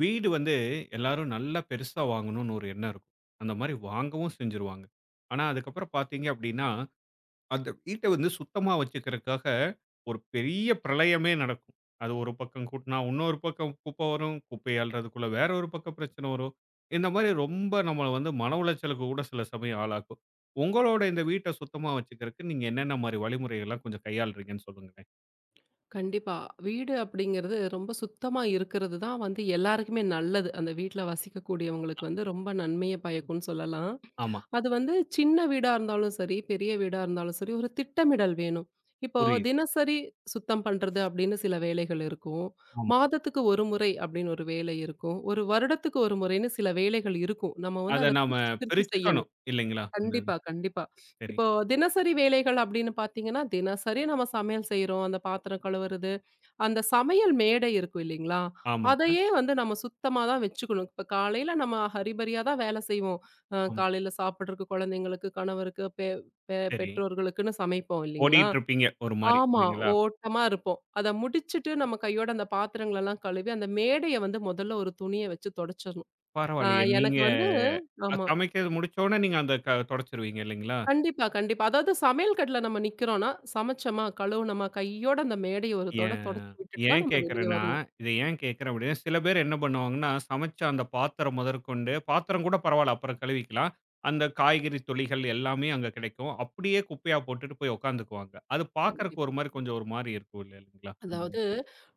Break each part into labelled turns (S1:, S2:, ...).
S1: வீடு வந்து எல்லாரும் நல்லா பெருசா வாங்கணும்னு ஒரு எண்ணம் இருக்கும். அந்த மாரி வாங்கவும் செஞ்சுருவாங்க. ஆனா, அதுக்கப்புறம் பார்த்தீங்க அப்டின்னா, அந்த வீட்ட வந்து சுத்தமா வச்சுக்கிறதுக்காக ஒரு பெரிய பிரளயமே நடக்கும். அது ஒரு பக்கம் கூட்டுனா, இன்னொரு பக்கம் குப்பை வரும். குப்பைய அள்றதுக்குள்ள வேற ஒரு பக்கம் பிரச்சனை வரும். இந்த மாரி ரொம்ப நம்மள வந்து மன உளைச்சலுக்கு கூட சில சமயம் ஆளாக்கும். உங்களோட இந்த வீட்ட சுத்தமா வச்சுக்கிறதுக்கு நீங்க என்னென்ன மாரி வழிமுறைகள்லாம் கொஞ்சம் கையாளுறீங்கன்னு சொல்லுங்களேன்?
S2: கண்டிப்பா. வீடு அப்படிங்கிறது ரொம்ப சுத்தமா இருக்கிறது தான் வந்து எல்லாருக்குமே நல்லது. அந்த வீட்ல வசிக்கக்கூடியவங்களுக்கு வந்து ரொம்ப நன்மைய பயக்கும்னு சொல்லலாம்.
S1: ஆமா,
S2: அது வந்து சின்ன வீடா இருந்தாலும் சரி, பெரிய வீடா இருந்தாலும் சரி, ஒரு திட்டமிடல் வேணும். இப்போ
S1: புரியுது.
S2: தினசரி சுத்தம் பண்றது அப்படின்னு சில வேலைகள் இருக்கும்.
S1: ஆமா.
S2: மாதத்துக்கு ஒரு முறை அப்படின்னு ஒரு வேலை இருக்கும். ஒரு வருடத்துக்கு ஒரு முறைன்னு சில வேலைகள் இருக்கும். நம்ம வந்து
S1: அத
S2: அத
S1: நாம
S2: பிரிச்சு, பிரிச்சு செய்யணும்.
S1: பிரிச்சுக்கணும் இல்லைங்களா? இந்த இது.
S2: கண்டிப்பா, கண்டிப்பா.
S1: சரி.
S2: இப்போ தினசரி வேலைகள் அப்படின்னு பார்த்தீங்கன்னா, தினசரி நம்ம சமையல் செய்றோம். அந்த பாத்திரம் கழுவுறது, அந்த சமையல் மேடை இருக்கும் இல்லைங்களா?
S1: ஆமாங்க.
S2: அதையே வந்து நம்ம சுத்தமா தான் வச்சுக்கணும். இப்ப காலையில நம்ம ஹரிபரியா தான் வேலை செய்வோம்.
S1: ஆமா.
S2: காலையில சாப்பிடுறதுக்கு குழந்தைங்களுக்கு, கணவருக்கு, பெ பெ
S1: சரி.
S2: பெற்றோர்களுக்குன்னு சமைப்போம் இல்லைங்களா?
S1: ஓடிட்டுருப்பீங்க ஒரு மாரி
S2: ஆமா.
S1: இல்லைங்களா?
S2: ஓட்டமா இருப்போம். அத முடிச்சுட்டு நம்ம கையோட அந்த பாத்திரங்களெல்லாம் கழுவி, அந்த மேடைய வந்து முதல்ல ஒரு துணிய வச்சு தொடச்சிடணும். அ
S1: பரவாயில்லையே. நீங்க
S2: எனக்கு வந்து ஆமா.
S1: சமைக்கிறது முடிச்சோனே நீங்க அந்த க தொடச்சிருவீங்க இல்லைங்களா?
S2: கண்டிப்பா, கண்டிப்பா. அதாவது சமையல் கட்டுல நம்ம நிக்கிறோம்னா, சமைச்சோமா, கழுவுனோமா, கையோட அந்த மேடைய ஒரு தொட
S1: ஏன்
S2: தொடச்சு விட்டுட்டு தான்
S1: ஏன்
S2: நம்ம வெளிய
S1: கேட்கிறேன்னா,
S2: வரணும்.
S1: இத ஏன் கேட்கிறேன் அப்படின்னா, சில பேர் என்ன பண்ணுவாங்கன்னா, சமைச்ச அந்த பாத்திரம் முதற்கொண்டு பாத்திரம் கூட பரவால்ல அப்புறம் கழுவிக்கலாம். அந்த காய்கறி தொலிகள் எல்லாமே அங்க கிடைக்கும். அப்படியே குப்பையா போட்டுட்டு போய் உட்காந்துக்குவாங்க. அது பார்க்கறக்கு
S2: கண்டிப்பா,
S1: ஒரு மாரி
S2: கண்டிப்பா.
S1: கொஞ்சம் ஒரு மாரி இருக்கும் இல்லைங்களா? அந்த மாரி.
S2: அதாவது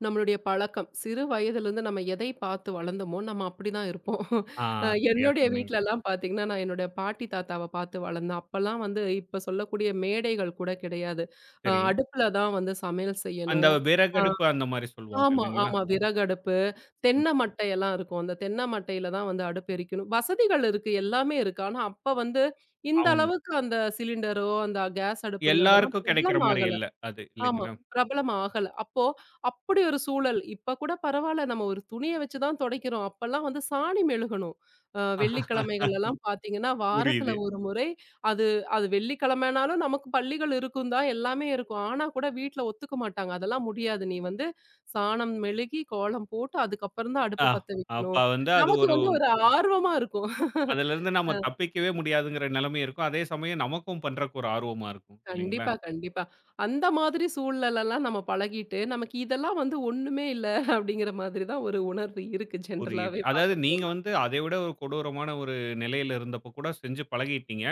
S2: நம்மளுடைய பழக்கம். சிறு வயதிலிருந்து நம்ம எதை பார்த்து வளர்ந்தோமோ, நம்ம அப்படிதான் இருப்போம்.
S1: ஆ சரியா
S2: என்னுடைய
S1: சொன்னீங்க.
S2: வீட்லலாம் பார்த்தீங்கன்னா, நான் என்னுடைய பாட்டி, தாத்தாவ பார்த்து வளர்ந்தேன். அப்பலாம் வந்து இப்ப சொல்லக்கூடிய மேடைகள் கூட கிடையாது.
S1: சரி.
S2: அடுப்புல தான் வந்து சமையல்
S1: அந்த
S2: செய்யணும். அ
S1: விறகடுப்பு அந்த மாரி சொல்லுவாங்க
S2: ஆமா,
S1: இல்லைங்களா?
S2: ஆமா. விறகு அடுப்பு,
S1: ம்.
S2: தென்னை மட்டை எல்லாம் இருக்கும். அந்த தென்னை மட்டையில தான் வந்து அடுப்பு எரிக்கணும். வசதிகள் இருக்கு. எல்லாமே இருக்கு. ஆனா, அப்ப வந்து இந்த
S1: அவங்க
S2: அளவுக்கு அந்த சிலிண்டரோ, அந்த கேஸ் அடுப்புங்கிறதெல்லாம்
S1: எல்லாருக்கும் கிடைக்கிற மாரி
S2: பிரபலமாகல.
S1: இல்ல அது
S2: ஆமா.
S1: இல்லைங்களா?
S2: பிரபலம் ஆகல. அப்போ அப்படி ஒரு சூழல். இப்ப கூட பரவால்ல. நம்ம ஒரு துணிய வச்சு தான் துடைக்கிறோம். அப்பலாம் வந்து சாணி மெழுகணும். வெள்ளிக்கிழமைகள் எல்லாம் பார்த்தீங்கன்னா, வாரத்துல
S1: புரியுது.
S2: ஒரு முறை அது அது வெள்ளிக்கிழமைனாலும் நமக்கு பள்ளிகள் இருக்கும் தான், எல்லாமே இருக்கும். ஆனா கூட வீட்ல ஒத்துக்க மாட்டாங்க. அதெல்லாம் முடியாது. நீ வந்து சாணம் மெழுகி, கோலம் போட்டு அதுக்கப்புறம் தான்
S1: ஆ
S2: அடுப்பு பத்த
S1: அப்ப
S2: வைக்கணும்.
S1: வந்து அது
S2: நமக்கு
S1: ஒரு
S2: வந்து ஒரு ஆர்வமா இருக்கும்.
S1: அதிலிருந்து நம்ம தப்பிக்கவே முடியாதுங்கிற நிலைமை இருக்கும். அதே சமயம் நமக்கும் பண்றக்கு ஒரு ஆர்வமா இருக்கும் இல்லைங்களா?
S2: கண்டிப்பா, கண்டிப்பா. அந்த மாதிரி சூழலெல்லாம் நம்ம பழகிட்டு, நமக்கு இதெல்லாம் வந்து ஒண்ணுமே இல்ல அப்படிங்கிற மாதிரி தான் ஒரு உணர்வு இருக்கு
S1: புரியுது.
S2: ஜென்ரலாவே
S1: அதாவது
S2: பார்க்க
S1: நீங்க
S2: போனா.
S1: வந்து அதை விட ஒரு கொடூரமான ஒரு நிலையில இருந்தப்ப கூட செஞ்சு பழகிட்டீங்க.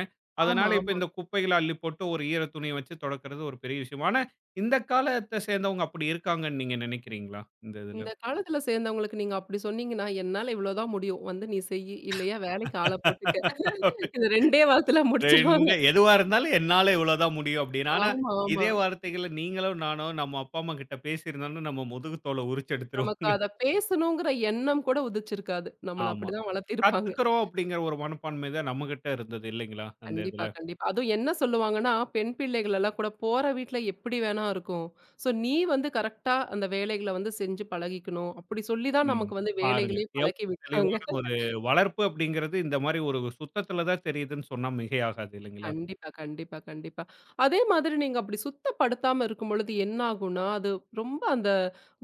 S2: ஆமா,
S1: அதனால இப்ப
S2: ஆமா.
S1: இந்த குப்பைகள அள்ளி போட்டு ஒரு ஈர துணிய வச்சு தொடக்கிறது ஒரு பெரிய விஷயம். ஆனா இந்த காலத்த சேர்ந்தவங்க அப்படி இருக்காங்கன்னு நீங்க நினைக்கிறீங்களா? இந்த இதுல?
S2: இந்த காலத்துல சேர்ந்தவங்களுக்கு நீங்க அப்படி சொன்னீங்கன்னா, என்னால இவ்வளோ தான் முடியும். வந்து நீ செய்யி, இல்லையா வேலைக்கு ஆள போட்டுக்க. இது 2டே வார்த்தையில முடிச்சிருவாங்க.
S1: 2 எதுவா இருந்தாலும் என்னால இவ்வளோதான் முடியும் அப்படின்னு. ஆனா,
S2: ஆமா, ஆமா.
S1: இதே வார்த்தைகள நீங்களும், நானும் நம்ம அப்பா, அம்மா கிட்ட பேசியிருந்தோம்னா, நம்ம முதுகு தோல உரிச்சு எடுத்துருவாங்க.
S2: நமக்கு அத பேசணுங்கிற எண்ணம் கூட உதிச்சிருக்காது. நம்மள
S1: ஆமா.
S2: அப்படிதான் வளர்த்திருப்பாங்க.
S1: கத்துக்கிறோம் அப்படிங்கிற ஒரு மனப்பான்மை தான் நம்மகிட்ட இருந்தது இல்லைங்களா? அந்த
S2: கண்டிப்பா,
S1: இதுல.
S2: கண்டிப்பா. அதுவும் என்ன சொல்லுவாங்கன்னா, பெண் பிள்ளைகள் எல்லாம் கூட போற வீட்ல எப்படி வேணா இருக்கும். ஸோ நீ வந்து கரெக்ட்டா அந்த வேலைகள வந்து செஞ்சு பழகிக்கணும். அப்படி சொல்லி தான்
S1: ம்.
S2: நமக்கு வந்து
S1: பாருங்க.
S2: வேலைகளே
S1: எவ்வளோ
S2: பழக்கி விட்டாங்க.
S1: தெளிவான ஒரு வளர்ப்பு அப்படிங்கிறது இந்த மாரி ஒரு சுத்தத்தில தான் தெரியுதுன்னு சொன்னா மிகையாகாது இல்லைங்களா?
S2: கண்டிப்பா, கண்டிப்பா, கண்டிப்பா. அதே மாதிரி நீங்க அப்படி சுத்தப்படுத்தாம இருக்கும்பொழுது என்ன ஆகும்னா, அது ரொம்ப அந்த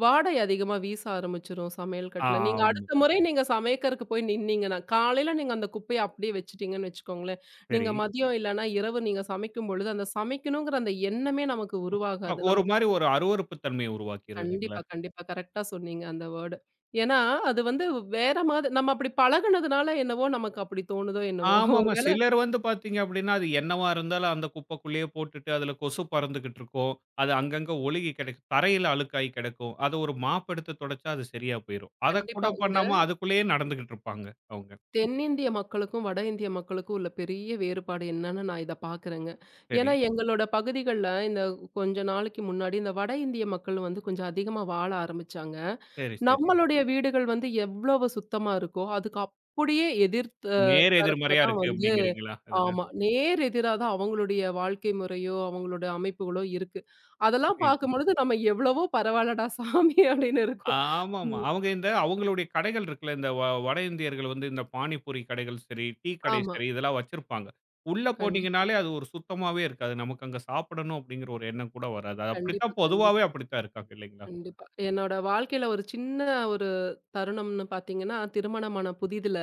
S2: வாடை அதிகமா வீச ஆரம்பிச்சுரும் சமையல் கட்டுல. நீங்க
S1: ஆமா.
S2: அடுத்த முறை நீங்க சமைக்கிறதுக்கு போய் நின்னீங்கன்னா, காலையில நீங்க அந்த குப்பைய அப்படியே வச்சுட்டீங்கன்னு வச்சுக்கோங்களேன்,
S1: சரி.
S2: நீங்க மதியம் இல்லன்னா இரவு நீங்க சமைக்கும் பொழுது, அந்த சமைக்கணுங்கிற அந்த எண்ணமே நமக்கு உருவாகாது.
S1: ஒரு
S2: நமக்கு
S1: மாரி ஒரு அருவருப்பு தன்மைய உருவாக்கிரும் இல்லைங்களா?
S2: கண்டிப்பா, கண்டிப்பா. கரெக்ட்டா சொன்னீங்க அந்த வேர்டு. ஏன்னா, அது வந்து வேற மாதிரி நம்ம அப்படி பழகுனதுனால என்னவோ நமக்கு அப்படி தோணுதோ என்னவோ.
S1: ஆமாமா.
S2: ஒருவேள
S1: சிலர் வந்து பார்த்தீங்க அப்படின்னா, அது என்னவா இருந்தாலும் அந்த குப்பைக்குள்ளேயே போட்டுட்டு, அதில கொசு பறந்துகிட்டு இருக்கும். அது அங்கங்க ஒழுகி கிடக்கும். தரையில அழுக்காயி கிடக்கும். அத ஒரு மாப் எடுத்து தொடச்சா அது சரியா போயிரும். அத கூட
S2: கண்டிப்பா இந்த
S1: பண்ணாம அதுக்குள்ளேயே நடந்துகிட்டு இருப்பாங்க, அவங்க.
S2: தென்னிந்திய மக்களுக்கும், வட இந்திய மக்களுக்கும் உள்ள பெரிய வேறுபாடு என்னன்னு நான் இத பார்க்குறேங்க.
S1: சரி,
S2: ஏன்னா, எங்களோட பகுதிகள்ல இந்த கொஞ்ச நாளைக்கு முன்னாடி இந்த வட இந்திய மக்கள் வந்து கொஞ்சம் அதிகமா வாழ ஆரம்பிச்சாங்க.
S1: சரி, சரி.
S2: நம்மளுடைய வீடுகள் வந்து எவ்வளவு சுத்தமா இருக்கோ, அதுக்கு அப்படியே எதிர் த
S1: நேர்
S2: தரப்புல
S1: எதிர்மறையா
S2: தான்
S1: இருக்கு
S2: வந்து
S1: அப்படிங்கிறீங்களா? அதுல.
S2: ஆமா. நேர் எதிரா தான் அவங்களுடைய வாழ்க்கை முறையோ, அவங்களோட அமைப்புகளோ இருக்கு. அதெல்லாம்
S1: புரியுது.
S2: பார்க்கும்பொழுது நம்ம எவ்வளவோ பரவால்லடா சாமி அப்படின்னு இருக்கும்.
S1: ஆமாமா.
S2: ம்.
S1: அவங்க இந்த அவங்களுடைய கடைகள் இருக்குல்ல, இந்த வட இந்தியர்கள் வந்து இந்த பானிபூரி கடைகள் சரி, டீ கடை
S2: ஆமா.
S1: சரி, இதெல்லாம் வச்சிருப்பாங்க. உள்ள
S2: கண்டிப்பா,
S1: போனீங்கனாலே அது ஒரு சுத்தமாவே இருக்காது. நமக்கு அங்க சாப்பிடணும் அப்படிங்கிற ஒரு எண்ணம் கூட வராது. அது
S2: கண்டிப்பா,
S1: அப்படித்தான்
S2: கண்டிப்பா.
S1: பொதுவாவே அப்படித்தான் இருக்காங்க இல்லைங்களா?
S2: கண்டிப்பா. என்னோட வாழ்க்கையில ஒரு சின்ன ஒரு தருணம்னு பார்த்தீங்கன்னா, திருமணமான புதிதில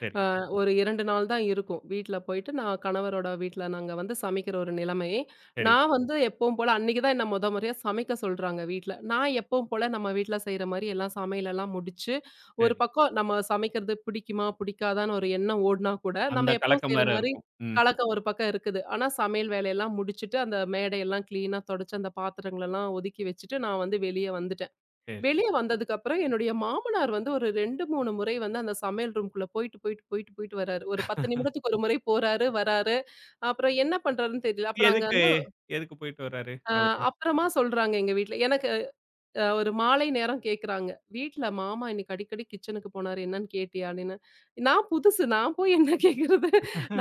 S1: சரி,
S2: அ ஒரு 2 நாள் தான் இருக்கும். வீட்ல போயிட்டு நான் கணவரோட வீட்ல நாங்க வந்து சமைக்கிற ஒரு நிலைமை.
S1: சரி,
S2: நான் வந்து எப்பவும் போல அன்னைக்கு தான் என்ன மொத முறையா சமைக்க சொல்றாங்க வீட்ல. நான் எப்பவும் போல நம்ம வீட்ல செய்ற மாரி எல்லாம் சமையலெல்லாம் முடிச்சு, ஒரு
S1: சரி.
S2: பக்கம் நம்ம சமைக்கிறது பிடிக்குமா? பிடிக்காதான்னு ஒரு எண்ணம் ஓடுனா கூட,
S1: அந்த
S2: நம்ம எப்பவும்
S1: கலக்கம்
S2: செய்ற
S1: வேற
S2: மாரி
S1: இருக்கும். ம்.
S2: கலக்கம் ஒரு பக்கம் இருக்குது. ஆனா சமையல் வேலையெல்லாம் முடிச்சுட்டு, அந்த மேடையெல்லாம் கிளீனா தொடச்சு, அந்த பாத்திரங்களெல்லாம் ஒதுக்கி வச்சுட்டு, நான் வந்து வெளிய வந்துட்டேன்.
S1: சரி, சரி.
S2: வெளிய வந்ததுக்கப்புறம் என்னுடைய மாமனார் வந்து ஒரு 2, 3 முறை வந்து அந்த சமையல் ரூம்குள்ள போயிட்டு, வராரு. ஒரு 10 நிமிடத்துக்கு ஒரு முறை போறாரு, வராரு. அப்புறம் என்ன பண்றாருன்னு தெரியல. அப்புறம் அங்க
S1: எதுக்கு
S2: வந்து
S1: எதுக்கு போயிட்டு வராரு
S2: அ
S1: அவரு?
S2: அப்புறமா சொல்றாங்க எங்க வீட்ல. எனக்கு ஒரு மாலை நேரம் கேட்குறாங்க. வீட்ல மாமா இன்னைக்கு அடிக்கடி கிச்சனுக்கு போனாரு. என்னன்னு கேட்டியா? அப்படின்னு. நான் புதுசு. நான் போய் என்ன கேட்கறது?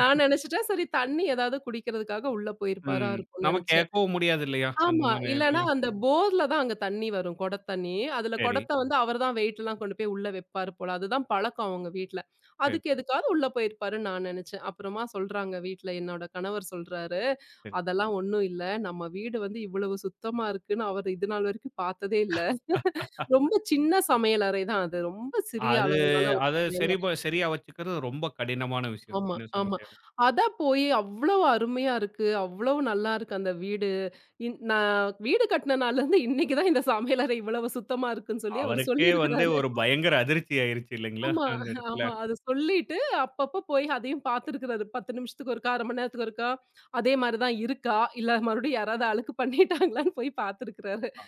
S2: நான் நெனச்சுட்டேன், சரி தண்ணி ஏதாவது குடிக்கிறதுக்காக உள்ள போயிருப்பாரா
S1: ம்.
S2: இருக்கும்னு
S1: நம்ம
S2: நெனச்சேன்.
S1: கேட்கவும் முடியாது இல்லையா? அந்த
S2: ஆமா.
S1: மாரி
S2: இல்லன்னா
S1: இதுல.
S2: அந்த போர்ல தான் அங்க தண்ணி வரும். குடத்தண்ணி. அதுல
S1: சரி,
S2: குடத்த வந்து அவர் தான் வெயிட்லாம் கொண்டு போய் உள்ள வைப்பாரு போல. அதுதான் பழக்கம் அவங்க வீட்ல.
S1: சரி,
S2: அதுக்கு எதுக்காவது உள்ள போயிருப்பாருன்னு நான் நெனச்சேன். அப்புறமா சொல்றாங்க வீட்ல என்னோட கணவர் சொல்றாரு,
S1: சரி.
S2: "அதெல்லாம் ஒண்ணும் இல்ல. நம்ம வீடு வந்து இவ்வளவு சுத்தமா இருக்குன்னு அவர் இது நாள் வரைக்கும் பார்த்ததே இல்ல." ரொம்ப சின்ன சமையலறை தான் அது. ரொம்ப சிறிய
S1: அது
S2: அளவிலான ஒரு
S1: அத
S2: சமையலறை.
S1: சரியா வச்சுக்கிறது ரொம்ப கடினமான விஷயம்.
S2: ஆமா,
S1: சின்ன
S2: ஆமா.
S1: சமையல்.
S2: அதான் போயி அவ்வளவு அருமையா இருக்கு. அவ்வளவு நல்லா இருக்கு அந்த வீடு. நான் வீடு கட்டுன நாள்லருந்து இன்னைக்கு தான் இந்த சமையலறை இவ்வளவு சுத்தமா இருக்குன்னு சொல்லி அவரு
S1: அவருக்கே வந்து
S2: சொல்லியிருக்கிறாரு.
S1: ஒரு பயங்கர அதிர்ச்சி ஆயிருச்சு இல்லைங்களா?
S2: ஆமா,
S1: அந்த இடத்துல.
S2: ஆமா. அது சொல்லிட்டு அப்பப்ப போய் அதையும் பார்த்துருக்கிறாரு. 10 நிமிஷத்துக்கு ஒருக்கா, 1/2 மணி நேரத்துக்கு ஒருக்கா, அதே மாரி தான் இருக்கா? இல்ல மறுபடியும் யாராவது அழுக்கு பண்ணிட்டாங்களான்னு போய் பார்த்துருக்கிறாரு.
S1: ஆ.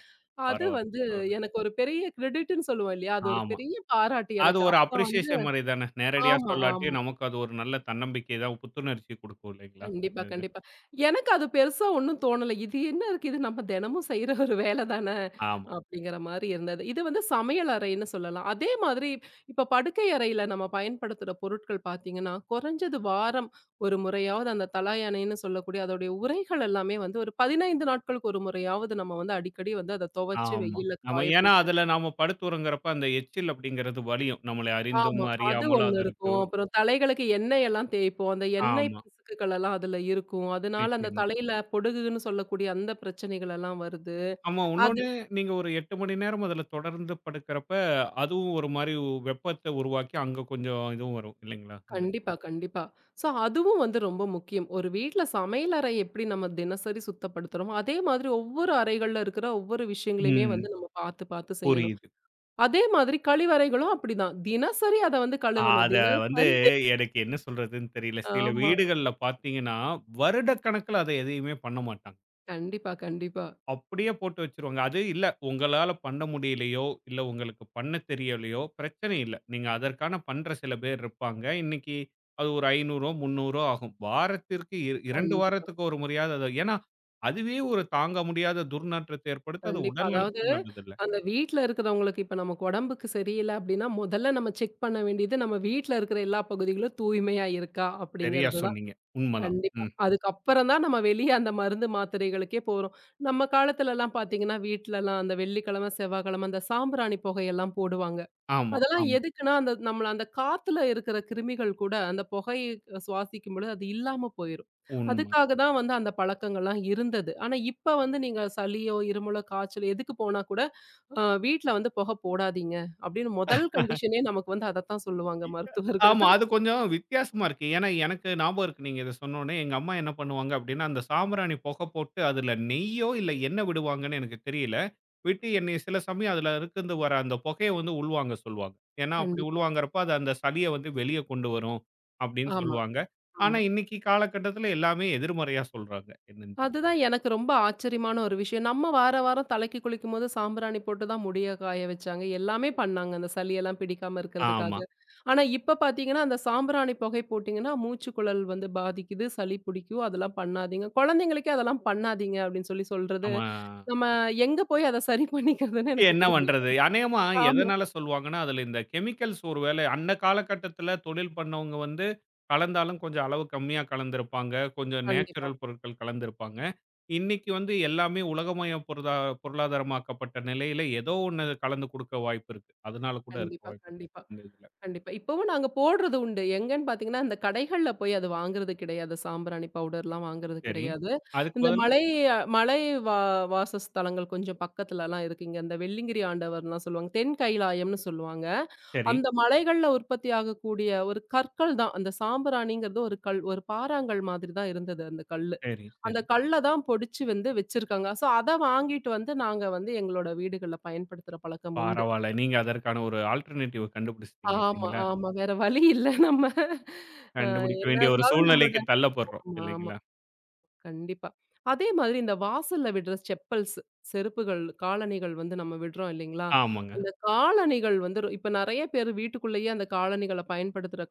S2: அது
S1: பரவால்ல,
S2: வந்து
S1: பரவால்ல.
S2: எனக்கு ஒரு பெரிய கிரெடிட்ன்னு சொல்லுவோம் இல்லையா? அது ஒரு
S1: ஆமா.
S2: பெரிய பாராட்டு
S1: அது
S2: எனக்கு.
S1: ஒரு
S2: அப்பா வந்து
S1: அப்ரிசியேஷன் மாரி தானே. நேரடியா
S2: ஆமா, ஆமா.
S1: சொல்லாட்டியும் நமக்கு அது ஒரு நல்ல தன்னம்பிக்கை தான் புத்துணர்ச்சி குடுக்கும் இல்லைங்களா? இந்த
S2: கண்டிப்பா,
S1: இது.
S2: கண்டிப்பா. எனக்கு அது பெருசா ஒண்ணும் தோணல. இது என்ன இருக்கு? இது நம்ம தினமும் செய்ற ஒரு வேல தான,
S1: ஆமா,
S2: அப்படிங்கிற மாரி இருந்தது. இது வந்து சமையல் அறைன்னு சொல்லலாம். அதே மாதிரி இப்ப படுக்கை அறையில நம்ம பயன்படுத்துற பொருட்கள் பார்த்தீங்கன்னா, குறைஞ்சது வாரம் ஒரு முறையாவது அந்த தலாயணைன்னு சொல்லக்கூடிய அதோடைய உறைகள் எல்லாமே வந்து ஒரு 15 நாட்களுக்கு ஒரு முறையாவது நம்ம வந்து அடிக்கடி வந்து அத துவைச்சு
S1: ஆமா.
S2: வெயில்ல
S1: நம்ம
S2: காய
S1: ஏன்னா
S2: போட்டு
S1: அதுல நாம படுத்துறோங்கிறப்ப அந்த எச்சில் அப்படிங்கிறது வலியும். நம்மளை அறிந்தும்,
S2: ஆமா. அது
S1: அறியாமலும்
S2: ஒண்ணு
S1: அது
S2: இருக்கும்.
S1: இருக்கும்.
S2: அப்புறம் தலைகளுக்கு எண்ணெய் எல்லாம் தேய்ப்போம். அந்த எண்ணெய்
S1: ஆமா,
S2: பிசுக்குகள் எல்லாம் அதுல இருக்கும். அதனால அந்த
S1: நிச்சயமா.
S2: தலையில பொடுகுன்னு சொல்லக்கூடிய அந்த பிரச்சனைகள் எல்லாம் வருது.
S1: ஆமா
S2: அது
S1: இன்னொன்னு நீங்க ஒரு 8 மணி நேரம் அதுல தொடர்ந்து படுக்கிறப்ப, அதுவும் ஒரு மாரி வெப்பத்த உருவாக்கி அங்க கொஞ்சம் இதுவும் வரும் இல்லைங்களா? இந்த
S2: கண்டிப்பா, கண்டிப்பா. ஸோ அதுவும் வந்து ரொம்ப முக்கியம். ஒரு வீட்ல சமையலறை எப்படி நம்ம தினசரி சுத்தப்படுத்துறோமோ, அதே மாதிரி ஒவ்வொரு அறைகள்ல இருக்கிற ஒவ்வொரு விஷயங்களையுமே
S1: ம்.
S2: வந்து நம்ம பார்த்து, பார்த்து செய்யணும்.
S1: புரியுது.
S2: அதே மாதிரி கழிவறைகளும் அப்படிதான். தினசரி அத வந்து கழுவணும்.
S1: அத வந்து
S2: தினசரி
S1: எனக்கு என்ன சொல்றதுன்னு தெரியல. சில
S2: ஆமா.
S1: வீடுகள்ல பார்த்தீங்கன்னா, வருடக்கணக்குல அத எதையுமே பண்ண மாட்டாங்க.
S2: கண்டிப்பா, கண்டிப்பா.
S1: அப்படியே போட்டு வச்சுருவாங்க. அது இல்ல உங்களால பண்ண முடியலையோ, இல்ல உங்களுக்கு பண்ண தெரியலையோ பிரச்சனை இல்ல. நீங்க அதற்கான பண்ற சில பேர் இருப்பாங்க. இன்னைக்கு அது ஒரு 500ஓ, 300ஓ ஆகும். வாரத்திற்கு இ 2
S2: கண்டிப்பா.
S1: வாரத்துக்கு ஒரு முறையாவது அத ஏன்னா, அதுவே ஒரு தாங்க முடியாத துர்நாற்றத்தை ஏற்படுத்த அது
S2: கண்டிப்பா.
S1: உடல்
S2: அதாவது,
S1: நலத்துக்கு நல்லதில்ல.
S2: அந்த வீட்ல இருக்கிறவங்களுக்கு இப்ப நமக்கு உடம்புக்கு சரியில்ல அப்டின்னா, முதல்ல நம்ம செக் பண்ண வேண்டியது நம்ம வீட்ல இருக்கிற எல்லா பகுதிகளும் தூய்மையா இருக்கா?
S1: சரியா
S2: அப்படிங்கிறது தான்.
S1: சொன்னீங்க. உண்மதான்.
S2: கண்டிப்பா.
S1: ம்.
S2: அதுக்கப்புறம் தான் நம்ம வெளிய அந்த மருந்து மாத்திரைகளுக்கே போறோம். நம்ம காலத்துலலாம் பார்த்தீங்கன்னா, வீட்லலாம் அந்த வெள்ளிக்கிழமை, செவ்வாய்க்கிழமை அந்த சாம்பிராணி புகையெல்லாம் போடுவாங்க.
S1: ஆமா,
S2: அதெல்லாம்
S1: ஆமா.
S2: எதுக்குன்னா, அந்த நம்மள அந்த காத்துல இருக்கிற கிருமிகள் கூட அந்த புகைய சுவாசிக்கும் பொழுது அது இல்லாம போயிரும்.
S1: உண்ம.
S2: அதுக்காக தான் வந்து அந்த பழக்கங்கள்லாம் இருந்தது. ஆனா, இப்ப வந்து நீங்க சளியோ, இருமலோ, காய்ச்சல் எதுக்கு போனா கூட, வீட்ல வந்து புகை போடாதீங்க." அப்படின்னு முதல் கண்டிஷனே நமக்கு வந்து அதத்தான் சொல்லுவாங்க மருத்துவர்கள்.
S1: ஆமா. அது கொஞ்சம் வித்தியாசமா இருக்கு. ஏன்னா, எனக்கு ஞாபகம் இருக்கு. நீங்க இத சொன்னோனே, எங்க அம்மா என்ன பண்ணுவாங்க அப்டின்னா, அந்த சாம்பிராணி புகை போட்டு அதுல நெய்யோ, இல்ல எண்ணெய் விடுவாங்கன்னு எனக்கு தெரியல. விட்டு என்னைய சில சமயம் அதுல இருந்து வர அந்த புகைய வந்து உள்வாங்க சொல்லுவாங்க. ஏன்னா, அப்படி
S2: கண்டிப்பா.
S1: உள்வாங்குறப்ப அது அந்த சளிய வந்து வெளிய கொண்டு வரும் அப்படின்னு
S2: ஆமா,
S1: சொல்லுவாங்க. ஆனா,
S2: ஆமா.
S1: இன்னைக்கு காலகட்டத்துல எல்லாமே எதிர்மறையா சொல்றாங்க. என்னன்னு தெரி
S2: அதுதான் எனக்கு ரொம்ப ஆச்சரியமான ஒரு விஷயம். நம்ம வார வாரம் தலைக்கு குளிக்கும்போது சாம்பிராணி போட்டு தான் முடிய காய வச்சாங்க. எல்லாமே பண்ணாங்க. அந்த சளியெல்லாம் பிடிக்காம இருக்கிறதுக்காக.
S1: ஆமா.
S2: ஆனா இப்ப பார்த்தீங்கன்னா, அந்த சாம்பிராணி புகை போட்டீங்கன்னா, மூச்சுக்குழல் வந்து பாதிக்குது, சளி பிடிக்கும். அதெல்லாம் பண்ணாதீங்க. குழந்தைங்களுக்கே அதெல்லாம் பண்ணாதீங்க அப்படின்னு சொல்லி சொல்றது,
S1: ஆமா.
S2: நம்ம எங்க போய் அத சரி பண்ணிக்கிறதுன்னு எனக்கு
S1: என்ன
S2: தெரியல.
S1: பண்றது? அநேகமா
S2: ஆமா.
S1: எதனால சொல்லுவாங்கன்னா, அதுல இந்த கெமிக்கல்ஸ் ஒரு வேளை அந்த காலகட்டத்துல தொழில் பண்ணவங்க வந்து கலந்தாலும் கொஞ்சம் அளவு கம்மியா கலந்திருப்பாங்க. கொஞ்சம்
S2: கண்டிப்பா,
S1: நேச்சுரல் பொருட்கள் கலந்திருப்பாங்க. இன்னைக்கு வந்து எல்லாமே உலகமய பொருளா பொருளாதாரமாக்கப்பட்ட நிலையில ஏதோ ஒண்ணு கலந்து குடுக்க வாய்ப்பு இருக்கு. அதனால கூட இருக்க
S2: கண்டிப்பா,
S1: வாய்ப்பு இருக்கு.
S2: கண்டிப்பா.
S1: இந்த இதுல.
S2: கண்டிப்பா. இப்பவும் நாங்க போடுறது உண்டு. எங்கன்னு பார்த்தீங்கன்னா, இந்த கடைகள்ல போய் அது வாங்குறது கிடையாது. சாம்பிராணி பவுடர்லாம் வாங்குறது
S1: சரி.
S2: கிடையாது.
S1: அதுக்கு
S2: இந்த
S1: பதிலா
S2: மலை மலை வா வாசஸ்தலங்கள் கொஞ்சம் பக்கத்துலலாம் இருக்கு. இங்க இந்த வெள்ளிங்கிரி ஆண்டவர்லாம் சொல்லுவாங்க. தென் கைலாயம்னு சொல்லுவாங்க.
S1: சரி,
S2: அந்த மலைகள்ல உற்பத்தி ஆகக்கூடிய ஒரு கற்கள் தான். அந்த சாம்பிராணிங்கிறது ஒரு கல். ஒரு பாறாங்கல் மாதிரி தான் இருந்தது அந்த கல்லு.
S1: சரி,
S2: அந்த
S1: சரி.
S2: கல்ல தான் பொடிச்சு வந்து வச்சிருக்காங்க. ஸோ, அத வாங்கிட்டு வந்து நாங்க வந்து எங்களோட வீடுகள்ல பயன்படுத்துற பழக்கம் உண்டு.
S1: பரவால்ல. நீங்க அதற்கான ஒரு ஆல்டர்னேட்டிவ் கண்டுபிடிச்சிட்டீங்க
S2: ஆமா,
S1: இல்லைங்களா?
S2: ஆமா. வேற வழி இல்ல நம்ம. அ
S1: கண்டுபிடிக்க
S2: என்ன
S1: வேண்டிய ஒரு
S2: இருந்தாலும் நம்மளோட
S1: சூழ்நிலைக்கு தள்ளப்படுறோம்
S2: ஆமா, ஆமா.
S1: இல்லைங்களா?
S2: கண்டிப்பா. அதே மாதிரி இந்த வாசல்ல விடுற செப்பல்ஸ், செருப்புகள், காலணிகள் வந்து நம்ம விடுறோம் இல்லைங்களா?
S1: ஆமாங்க.
S2: அந்த காலணிகள் வந்து இப்ப நெறைய பேர் வீட்டுக்குள்ளேயே அந்த காலணிகள பயன்படுத்துற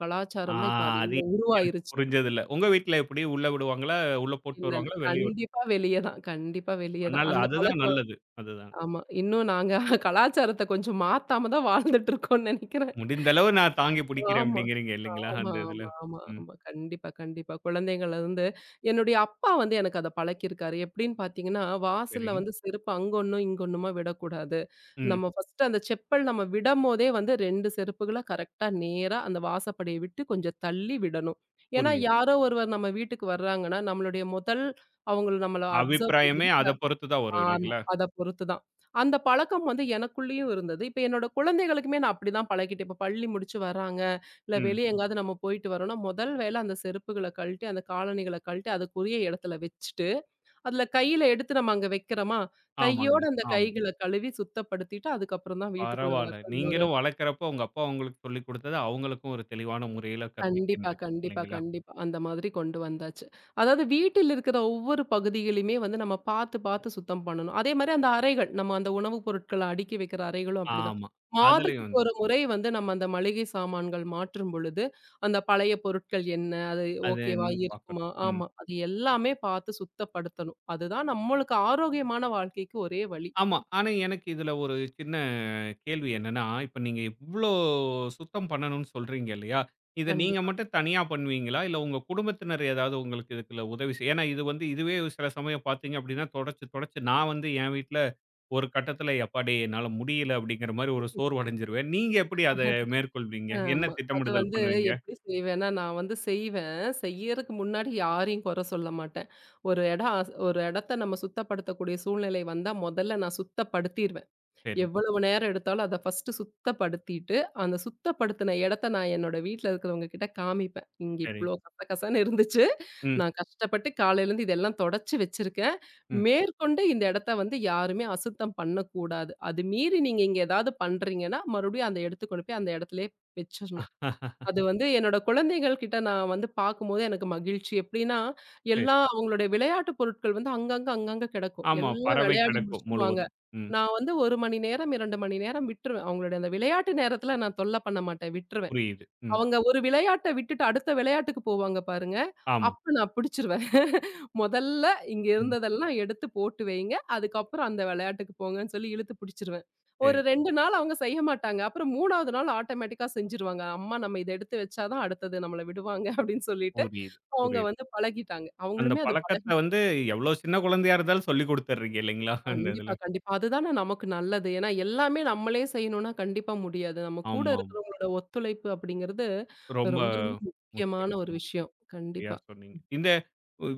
S1: ஆ
S2: கலாச்சாரம் தான் இப்ப
S1: அது
S2: அதிகமா
S1: எனக்கு
S2: உருவாயிருச்சு.
S1: புரிஞ்சதில்ல. உங்க வீட்ல எப்படி? உள்ள விடுவாங்களா? உள்ள போட்டு
S2: இல்ல, இல்ல.
S1: வருவாங்களா? வெளிய
S2: கண்டிப்பா வெளிய தான். கண்டிப்பா வெளிய
S1: விட்டுருவாங்க.
S2: தான்.
S1: நல்ல
S2: அந்த
S1: அதுதான்
S2: பழக்கம்
S1: நல்லது. அதுதான்.
S2: ஆமா. இன்னும் நாங்க கலாச்சாரத்த கொஞ்சம் மாத்தாம தான் வாழ்ந்துட்டு இருக்கோம்னு நெனைக்கிறேன்.
S1: முடிந்த அளவு நான் தாங்கி பிடிக்கிறேன்
S2: ஆமா.
S1: அப்படிங்கிறீங்க இல்லைங்களா?
S2: ஆமா,
S1: அந்த இதுல.
S2: ஆமா, ஆமா,
S1: ம்.
S2: ஆமா. கண்டிப்பா, கண்டிப்பா. குழந்தைங்கள்ல இருந்து என்னுடைய அப்பா வந்து எனக்கு அத பழக்கியிருக்காரு. எப்படின்னு பார்த்தீங்கன்னா,
S1: சரி.
S2: வாசல்ல வந்து செருப்ப அங்க ஒண்ணும், இங்க ஒண்ணுமா விடக்கூடாது.
S1: ம்.
S2: நம்ம ஃபர்ஸ்ட்டு அந்த செப்பல் நம்ம விடம்போதே வந்து 2 செருப்புகள கரெக்ட்டா நேரா அந்த வாசப்படிய விட்டு கொஞ்சம் தள்ளி விடணும். ஏன்னா,
S1: புரியுது.
S2: யாரோ ஒருவர் நம்ம வீட்டுக்கு வர்றாங்கன்னா, நம்மளுடைய முதல் அவங்கள நம்மள அப்சர்வ்
S1: அபிப்பிராயமே
S2: பண்றது
S1: அத பொறுத்து தான் வரும்
S2: ஆமா.
S1: இல்லைங்களா?
S2: அத பொறுத்து தான். அந்த பழக்கம் வந்து எனக்குள்ளேயும் இருந்தது. இப்ப என்னோட குழந்தைகளுக்குமே நான் அப்படிதான் பழக்கிட்டேன். இப்ப பள்ளி முடிச்சு வர்றாங்க, இல்ல
S1: ம்.
S2: வெளிய எங்காவது நம்ம போயிட்டு வரோம்னா, முதல் வேல அந்த செருப்புகள கழட்டி, அந்த காலணிகள கழட்டி, அதுக்குரிய இடத்துல வச்சுட்டு, அதுல கையில எடுத்து நம்ம அங்க வைக்கிறோமா,
S1: ஆமாங்க.
S2: கையோட அந்த
S1: ஆமா.
S2: கைகள கழுவி சுத்தப்படுத்திட்டு, அதுக்கப்புறம் தான் வீட்டுக்குள்ள வர
S1: பரவால்ல.
S2: அந்த ஒரு
S1: நீங்களும் வளர்க்கிறப்போ உங்க அப்பா உங்களுக்கு சொல்லிக் குடுத்தத அவங்களுக்கும் ஒரு தெளிவான முறையில
S2: கண்டிப்பா,
S1: கற்பிக்கின்றீங்க
S2: கண்டிப்பா,
S1: இல்லைங்களா?
S2: கண்டிப்பா. அந்த மாதிரி கொண்டு வந்தாச்சு. அதாவது வீட்டில் இருக்கிற ஒவ்வொரு பகுதியிலுமே வந்து நம்ம பார்த்து, பார்த்து சுத்தம் பண்ணணும். அதேமாரி அந்த அறைகள், நம்ம அந்த உணவுப் பொருட்கள அடுக்கி வைக்கிற அறைகளும் அப்படிதான்.
S1: ஆமா. அதுலயும்
S2: மாதத்துக்கு
S1: வந்து
S2: ஒரு முறை வந்து நம்ம அந்த மளிகை சாமான்கள் மாற்றும் பொழுது, அந்த பழைய பொருட்கள் என்ன? அது
S1: அது
S2: ஓகேவா
S1: பாக்கணும்.
S2: இருக்குமா?
S1: ம்.
S2: ஆமா. அது எல்லாமே பார்த்து சுத்தப்படுத்தணும். அதுதான் நம்மளுக்கு ஆரோக்கியமான வாழ்க்கைக்கு ஒரே வழி.
S1: ஆமா. ஆனா எனக்கு இதுல ஒரு சின்ன கேள்வி என்னன்னா, இப்ப நீங்க இவ்ளோ சுத்தம் பண்ணணும்னு சொல்றீங்க இல்லையா? இத நீங்க
S2: கண்டிப்பா.
S1: மட்டும் தனியா பண்ணுவீங்களா? இல்ல உங்க குடும்பத்தினர் ஏதாவது உங்களுக்கு இதுக்குள்ள உதவி செய் ஏன்னா இது வந்து இதுவே சில சமயம் பார்த்தீங்க அப்படின்னா, தொடச்சு தொடச்சு நான் வந்து என் வீட்ல ஒரு கட்டத்தில "எப்பாடி என்னால முடியல" அப்படிங்கிற மாரி ஒரு சோர்வடைஞ்சிருவேன். நீங்க எப்படி அத மேற்கொள்வீங்க? என்ன
S2: ஆமா. அது
S1: திட்டமிடுதல்
S2: வந்து
S1: பண்ணுவீங்க?
S2: எப்படி செய்வேன்னா, நான் வந்து செய்வேன். செய்யறதுக்கு முன்னாடி யாரையும் குறை சொல்ல மாட்டேன். ஒரு இடம் அஸ் ஒரு இடத்த நம்ம சுத்தப்படுத்தக்கூடிய சூழ்நிலை வந்தா, முதல்ல நான் சுத்தப்படுத்திருவேன்.
S1: சரி,
S2: எவ்வளவு நேரம் எடுத்தாலும் அத ஃபர்ஸ்ட்டு சுத்தப்படுத்திட்டு, அந்த சுத்தப்படுத்தின இடத்த நான் என்னோட வீட்ல இருக்கிறவங்க கிட்ட காமிப்பேன். இங்க
S1: சரி.
S2: இவ்ளோ கசகசன்னு இருந்துச்சு.
S1: ம்,
S2: நான் கஷ்டப்பட்டு காலையிலேருந்து இதெல்லாம் தொடச்சு வச்சிருக்கேன்.
S1: ம்.
S2: மேற்கொண்டு இந்த இடத்த வந்து யாருமே அசுத்தம் பண்ணக்கூடாது. அது மீறி நீங்க இங்க ஏதாவது பண்றீங்கன்னா, மறுபடியும் அந்த எடுத்து கொண்டு போய் அந்த இடத்திலேயே வச்சிரணும். அது வந்து என்னோட குழந்தைகள் கிட்ட நான் வந்து பார்க்கும்போது எனக்கு மகிழ்ச்சி. எப்படின்னா,
S1: சரி.
S2: எல்லா அவங்களுடைய விளையாட்டு பொருட்கள் வந்து அங்கங்க, அங்கங்க கிடக்கும்.
S1: ஆமா,
S2: எல்லாம்
S1: பறவை
S2: விளையாடி
S1: கிடக்கும்
S2: முடிச்சுருவாங்க.
S1: முழுவதும். ம்.
S2: நான் வந்து 1 மணி நேரம், 2 மணி நேரம் விட்டுருவேன். அவங்களுடைய அந்த விளையாட்டு நேரத்தில நான் தொல்ல பண்ண மாட்டேன். விட்டுருவேன்.
S1: புரியுது. ம்.
S2: அவங்க ஒரு விளையாட்ட விட்டுட்டு அடுத்த விளையாட்டுக்கு போவாங்க பாருங்க.
S1: ஆமா.
S2: அப்ப நான் பிடிச்சிருவேன். முதல்ல இங்க
S1: ம்.
S2: இருந்ததெல்லாம் எடுத்து போட்டு வைங்க. அதுக்கப்புறம் அந்த விளையாட்டுக்கு போங்கன்னு சொல்லி இழுத்து பிடிச்சிருவேன். ஒரு
S1: சரி.
S2: 2 நாள் அவங்க செய்ய மாட்டாங்க. அப்புறம் 3வது நாள் ஆட்டோமேட்டிக்கா செஞ்சுருவாங்க. அம்மா நம்ம இத எடுத்து வச்சா தான் அடுத்தது நம்மள விடுவாங்க அப்படின்னு சொல்லிட்டு
S1: புரியுது,
S2: அவங்க
S1: புரியுது.
S2: வந்து பழகிட்டாங்க.
S1: அந்த
S2: அவங்களுமே அத பழகி
S1: பழக்கத்த வந்து எவ்ளோ சின்ன குழந்தையா இருந்தாலும் சொல்லிக் குடுத்துடுறீங்க இல்லைங்களா? அந்த இதுல.
S2: கண்டிப்பா, கண்டிப்பா. அதுதானே நமக்கு நல்லது. ஏன்னா எல்லாமே நம்மளே செய்யணும்னா கண்டிப்பா முடியாது. நம்ம கூட
S1: ஆமா, ஆமா.
S2: இருக்கிறவங்களோட ஒத்துழைப்பு அப்படிங்கிறது
S1: ரொம்ப
S2: ரொம்ப ரொம்ப முக்கியமான ஒரு
S1: முக்கியம்.
S2: விஷயம்.
S1: சரியா
S2: கண்டிப்பா.
S1: சொன்னீங்க. இந்த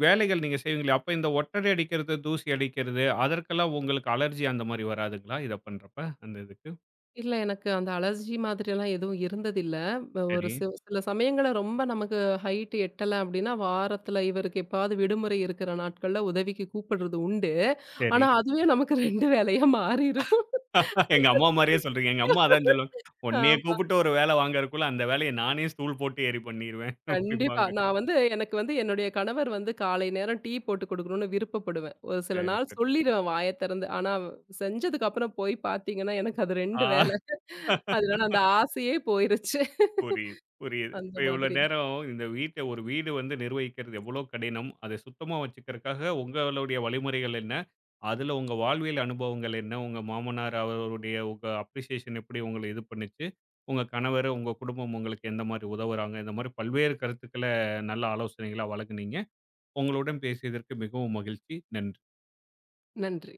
S1: வேலைகள் நீங்க செய்வீங்களே, அப்ப இந்த ஒட்டடை அடிக்கிறது, தூசி அடிக்கிறது அதற்கெல்லாம் உங்களுக்கு அலர்ஜி அந்த மாரி வராதுங்களா? இத பண்றப்ப, அந்த இதுக்கு?
S2: இல்ல எனக்கு அந்த அலர்ஜி மாதிரியெல்லாம் எதுவும் இருந்ததில்ல. ஒரு
S1: சரி,
S2: சில சில சமயங்கள்ல ரொம்ப நமக்கு ஹைட் எட்டல அப்டின்னா, வாரத்துல இவருக்கு எப்பாவது விடுமுறை இருக்கிற நாட்கள்ல உதவிக்கு கூப்பிடுறது உண்டு.
S1: சரி.
S2: ஆனா அதுவே நமக்கு 2 வேலையா மாறிரும்.
S1: எங்க அம்மா மாரியே சொல்றீங்க. எங்க அம்மா அதான் சொல்லுவாங்க. "உன்னைய
S2: ஆமா,
S1: கூப்பிட்டு ஒரு வேல வாங்கறதுக்குள்ள அந்த வேலைய நானே ஸ்டூல் போட்டு ஏறி பண்ணிருவேன்"
S2: கண்டிப்பா.
S1: அப்படிம்பாங்க.
S2: நான் வந்து எனக்கு வந்து என்னுடைய கணவர் வந்து காலை நேரம் டீ போட்டு குடுக்கணும்னு விருப்பப்படுவேன். ஒரு சில
S1: சரி,
S2: நாள்
S1: சரி.
S2: சொல்லிருவேன் வாய திறந்து. ஆனா செஞ்சதுக்கு அப்புறம் போய் பார்த்தீங்கன்னா, எனக்கு அது
S1: ஆ.
S2: 2 வேல. அதனால அந்த ஆசையே போயிருச்சு.
S1: புரியுது, புரியுது.
S2: அந்த
S1: இப்ப இவ்வளோ
S2: மாதிரி தான்.
S1: நேரம் இந்த வீட்ட ஒரு வீடு வந்து நிர்வகிக்கிறது எவ்வளோ கடினம், அத சுத்தமா வச்சுக்கிறதுக்காக உங்களுடைய வழிமுறைகள் என்ன? அதுல உங்க வாழ்வியல் அனுபவங்கள் என்ன? உங்க மாமனார் அவருடைய உங்க அப்ரிசியேஷன் எப்படி உங்கள இது பண்ணுச்சு? உங்க கணவர், உங்க குடும்பம் உங்களுக்கு எந்த மாரி உதவுறாங்க? இந்த மாரி பல்வேறு கருத்துக்கள நல்ல ஆலோசனைகளா வழங்குனீங்க. உங்களுடன் பேசியதற்கு மிகவும் மகிழ்ச்சி. நன்றி.
S2: நன்றி.